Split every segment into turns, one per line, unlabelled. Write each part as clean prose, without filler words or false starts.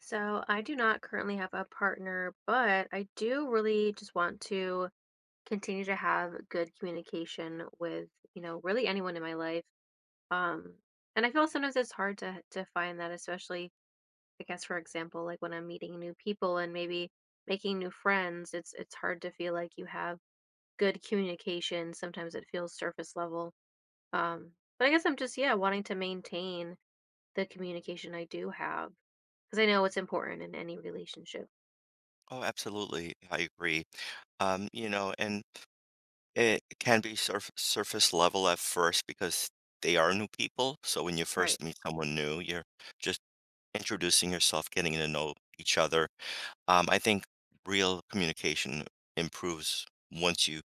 So I do not currently have a partner, but I do really just want to continue to have good communication with, really anyone in my life. Um, and I feel sometimes it's hard to find that, especially I guess for example, like when I'm meeting new people and maybe making new friends, it's hard to feel like you have good communication. Sometimes it feels surface level. Um, but I guess I'm just, yeah, wanting to maintain the communication I do have because I know it's important in any relationship.
Oh, absolutely. I agree. And it can be surface level at first because they are new people. So when you
Right.
first meet someone new, you're just introducing yourself, getting to know each other. I think real communication improves once you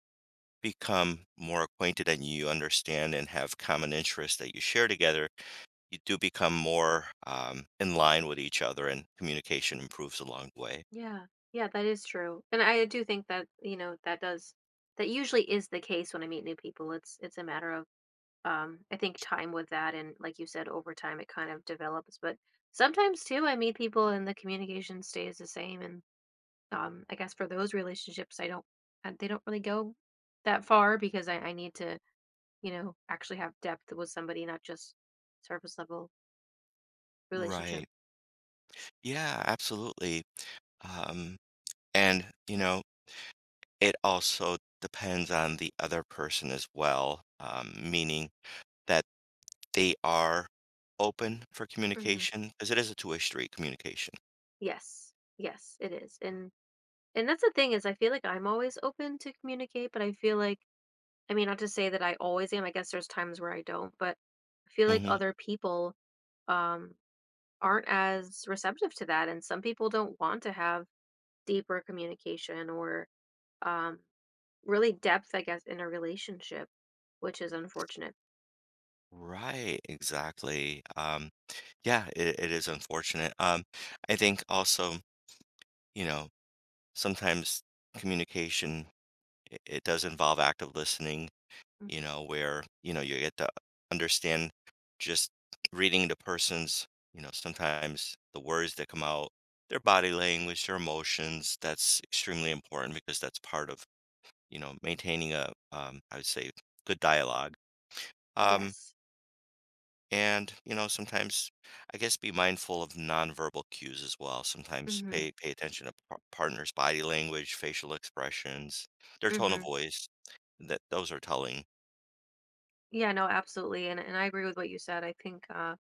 become more acquainted and you understand and have common interests that you share together. You do become more in line with each other, and communication improves along the way.
Yeah, yeah, that is true. And I do think that, you know, that usually is the case when I meet new people. It's a matter of I think time with that, and like you said, over time it kind of develops. But sometimes too I meet people and the communication stays the same, and I guess for those relationships I don't, they don't really go that far because I need to, you know, actually have depth with somebody, not just surface level
Right.
relationship.
Yeah, absolutely. Um, and, you know, it also depends on the other person as well, meaning that they are open for
Mhm.
communication because it is a two-way street communication.
Yes. Yes, it is. And that's the thing is I feel like I'm always open to communicate, but I feel like, I mean, not to say that I always am. I guess there's times where I don't, but I feel like
Hmm.
other people um aren't as receptive to that, and some people don't want to have deeper communication or um really depth, I guess, in a relationship, which is unfortunate.
Right, exactly. Yeah, it is unfortunate. I think also, you know, sometimes communication it does involve active listening, you
Mhm.
know, where, you know, you get to understand just reading the person's, you know, sometimes the words that come out, their body language, their emotions. That's extremely important because that's part of, you know, maintaining a, I would say, good dialogue. Um,
Yes.
and, you know, sometimes I guess be mindful of nonverbal cues as well. Sometimes
Mhm.
pay attention to partner's body language, facial expressions, their tone of
Mhm.
voice. That those are telling.
Yeah, no, absolutely. And I agree with what you said. I think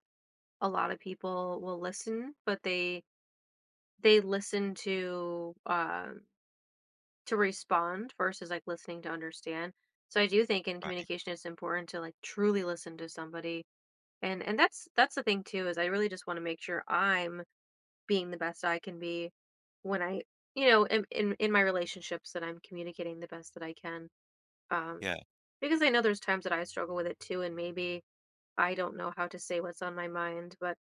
a lot of people will listen, but they listen to respond versus like listening to understand. So I do think in
Right.
communication it's important to like truly listen to somebody. And that's the thing too is I really just want to make sure I'm being the best I can be when I, you know, in my relationships, that I'm communicating the best that I can. Um,
Yeah.
because I know there's times that I struggle with it too, and maybe I don't know how to say what's on my mind, but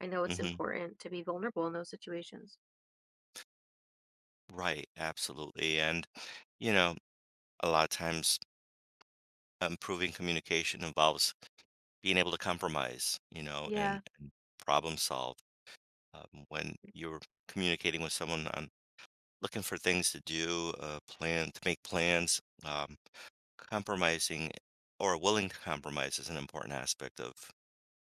I know it's
Hmm.
important to be vulnerable in those situations.
Right, absolutely. And, you know, a lot of times improving communication involves being able to compromise, you know, and,
Yeah,
and problem solve. When you're communicating with someone on looking for things to do, plan to make plans, compromising or willing to compromise is an important aspect of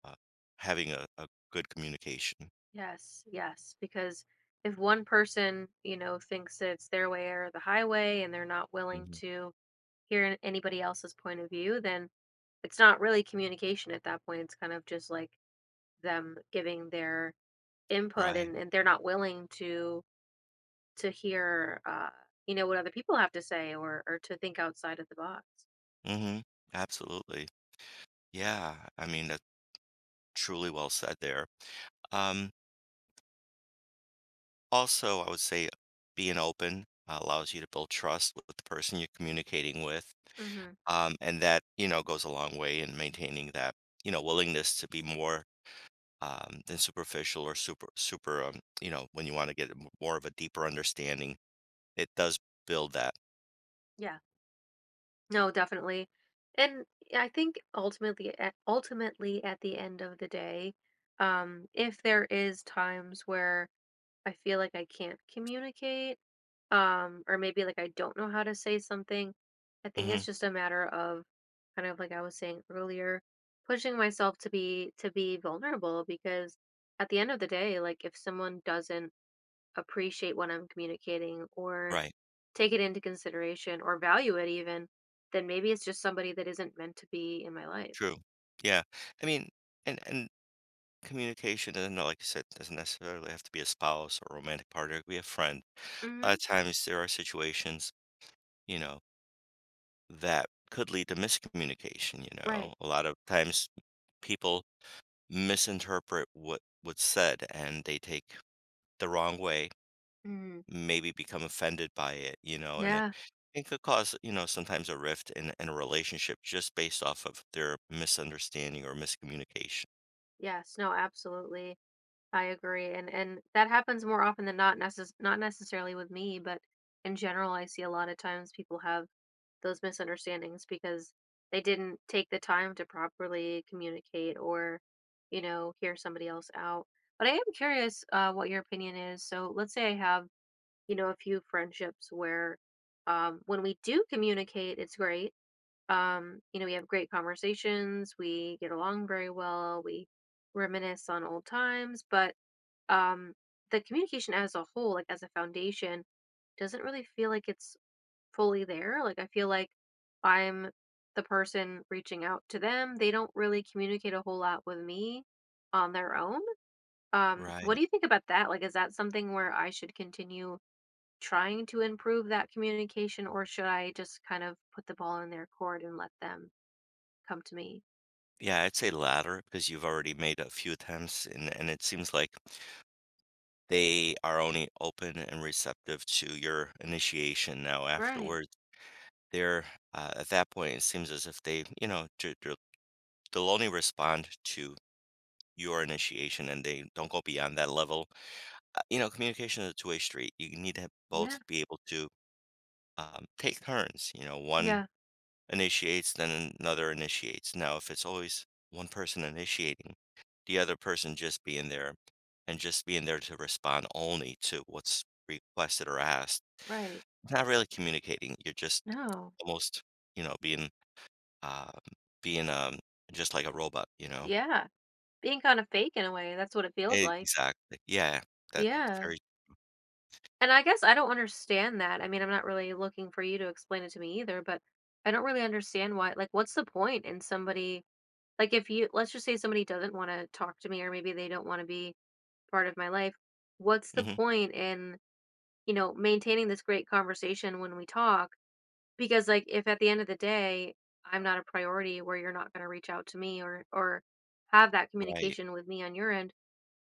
uh, having a good communication.
yes, yes. Because if one person, you know, thinks that it's their way or the highway and they're not willing
Mhm.
to hear anybody else's point of view, then it's not really communication at that point. It's kind of just like them giving their input,
Right.
and they're not willing to hear you know what other people have to say, or to think outside of the box.
Mm-hmm. Absolutely. Yeah. I mean, that's truly well said there. Um, Also, I would say being open, allows you to build trust with the person you're communicating with.
Hmm.
And that, you know, goes a long way in maintaining that, you know, willingness to be more, than superficial or you know, when you want to get more of a deeper understanding, it does build that.
Yeah, no, definitely. And yeah, I think ultimately at the end of the day, if there is times where I feel like I can't communicate, or maybe like I don't know how to say something, I think
Hmm.
it's just a matter of, kind of like I was saying earlier, pushing myself to be vulnerable, because at the end of the day, like if someone doesn't appreciate what I'm communicating, or
Right.
take it into consideration, or value it even, then maybe it's just somebody that isn't meant to be in my life.
True. Yeah. I mean, and communication, and like I said, doesn't necessarily have to be a spouse or romantic partner. It could be a friend. A lot
Hmm.
of times there are situations, you know, that could lead to miscommunication, you know?
Right.
A lot of times people misinterpret what's said and they take the wrong way,
Hmm.
maybe become offended by it, you know, and
Yeah.
it could cause, you know, sometimes a rift in a relationship just based off of their misunderstanding or miscommunication.
Yes. No. Absolutely. I agree, and that happens more often than not. Not necessarily with me, but in general, I see a lot of times people have those misunderstandings because they didn't take the time to properly communicate, or, you know, hear somebody else out. But I am curious, what your opinion is. So let's say I have, you know, a few friendships where, when we do communicate, it's great. You know, we have great conversations, we get along very well, we reminisce on old times, but um, the communication as a whole, like as a foundation, doesn't really feel like it's fully there. Like I feel like I'm the person reaching out to them. They don't really communicate a whole lot with me on their own. What
Right.
do you think about that? Like, is that something where I should continue trying to improve that communication, or should I just kind of put the ball in their court and let them come to me?
Yeah, I'd say latter because you've already made a few attempts, and it seems like they are only open and receptive to your initiation now
Right.
afterwards. They're, at that point it seems as if they, you know, they'll only respond to your initiation and they don't go beyond that level. You know, communication is a two-way street. You need to both
Yeah.
be able to, take turns, you know, one
Yeah.
initiates then another initiates. Now if it's always one person initiating, the other person just being there and just being there to respond only to what's requested or asked,
Right.
not really communicating, you're just
No.
almost, you know, being, Um, being, just like a robot, you know?
Yeah. Being kind of fake in a way. That's what it feels
E
like.
Exactly. Yeah, that's
Yeah.
very.
And I guess I don't understand that. I mean, I'm not really looking for you to explain it to me either, but I don't really understand why. Like, what's the point in somebody, like, if you, let's just say somebody doesn't want to talk to me or maybe they don't want to be part of my life. What's the
Mhm,
point in, you know, maintaining this great conversation when we talk? Because, like, if at the end of the day, I'm not a priority where you're not going to reach out to me, or have that
right.
communication with me on your end,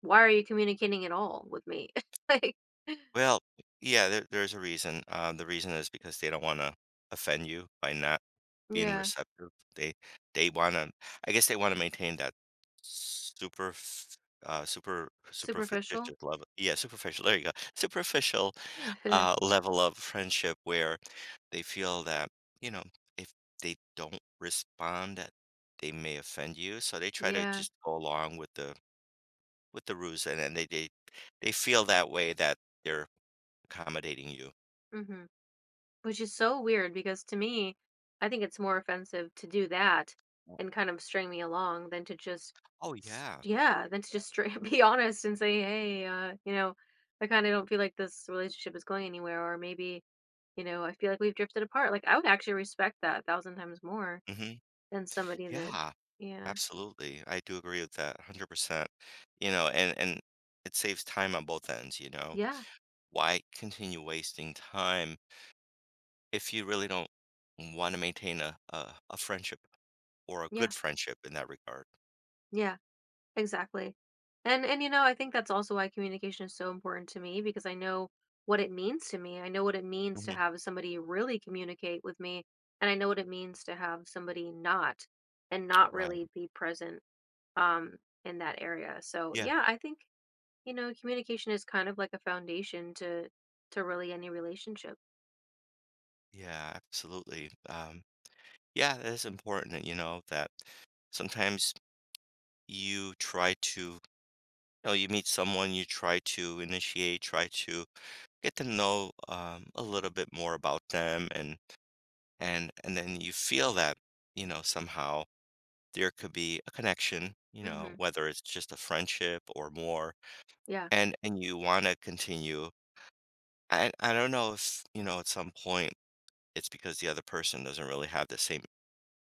why are you communicating at all with me? Like,
Well, yeah, there there's a reason. The reason is because they don't wanna offend you by not being
yeah,
receptive. They they wanna, I guess they wanna maintain that super f
superficial.
superficial level. Yeah, superficial, there you go. Superficial, level of friendship where they feel that, you know, if they don't respond, that they may offend you, so they try to
Yeah.
just go along with the ruse, and then they feel that way that they're accommodating you.
Hmm. Which is so weird because to me, I think it's more offensive to do that
Oh,
and kind of string me along than to just,
oh, yeah.
yeah, than to just straight be honest and say, hey, you know, I kind of don't feel like this relationship is going anywhere, or maybe, you know, I feel like we've drifted apart. Like I would actually respect that a thousand times more
Mhm.
than somebody that,
Yeah,
yeah,
absolutely. I do agree with that 100%. You know, and it saves time on both ends, you know?
yeah,
Why continue wasting time if you really don't wanna maintain a friendship or a
yeah,
good friendship in that regard?
yeah. Exactly. And you know, I think that's also why communication is so important to me, because I know what it means to me. I know what it means to
Mhm.
have somebody really communicate with me, and I know what it means to have somebody not, and not really
Right.
be present um in that area. So,
Yeah,
yeah, I think, you know, communication is kind of like a foundation to really any relationship.
yeah, absolutely. Yeah, it is important, you know, that sometimes you try to, you know, you meet someone, you try to initiate, try to get to know, a little bit more about them, and and then you feel that, you know, somehow there could be a connection, you know,
Mhm.
whether it's just a friendship or more,
Yeah.
and you want to continue. And I don't know if, you know, at some point it's because the other person doesn't really have the same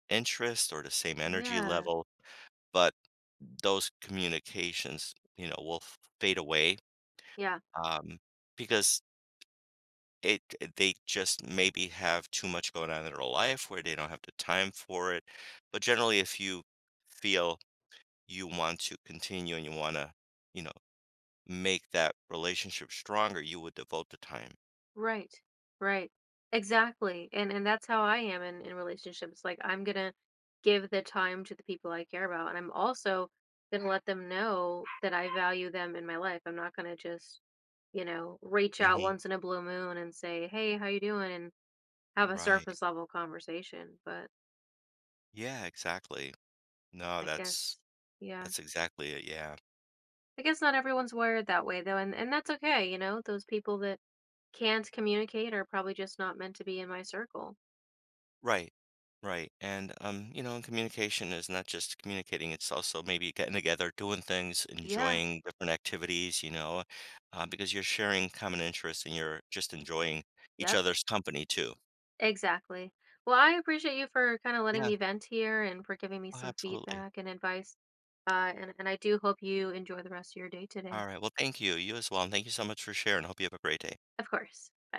interest or the same energy
Yeah.
level, but those communications, you know, will fade away,
Yeah.
um, because they just maybe have too much going on in their life where they don't have the time for it. But generally, if you feel you want to continue and you want to, you know, make that relationship stronger, you would devote the time.
Right. Right. Exactly. And that's how I am in relationships. Like I'm going to give the time to the people I care about, and I'm also going to let them know that I value them in my life. I'm not going to just, you know, reach out
Hmm.
once in a blue moon and say, "Hey, how you doing?" and have a
Right.
surface level conversation. But
Yeah, exactly. No,
I guess, yeah.
that's exactly it. Yeah.
I guess not everyone's wired that way though, and that's okay, you know. Those people that can't communicate are probably just not meant to be in my circle.
Right. Right. And, you know, and communication is not just communicating, it's also maybe getting together, doing things,
Yeah.
enjoying different activities, you know, because you're sharing common interests and you're just enjoying each
Yeah.
other's company too.
Exactly. Well, I appreciate you for kind of letting
Yeah.
me vent here and for giving me
Oh,
some
absolutely.
feedback and advice. And I do hope you enjoy the rest of your day
All
today.
right. Well, thank you. You as well. And thank you so much for sharing. Hope you have a great day.
Of course. Bye.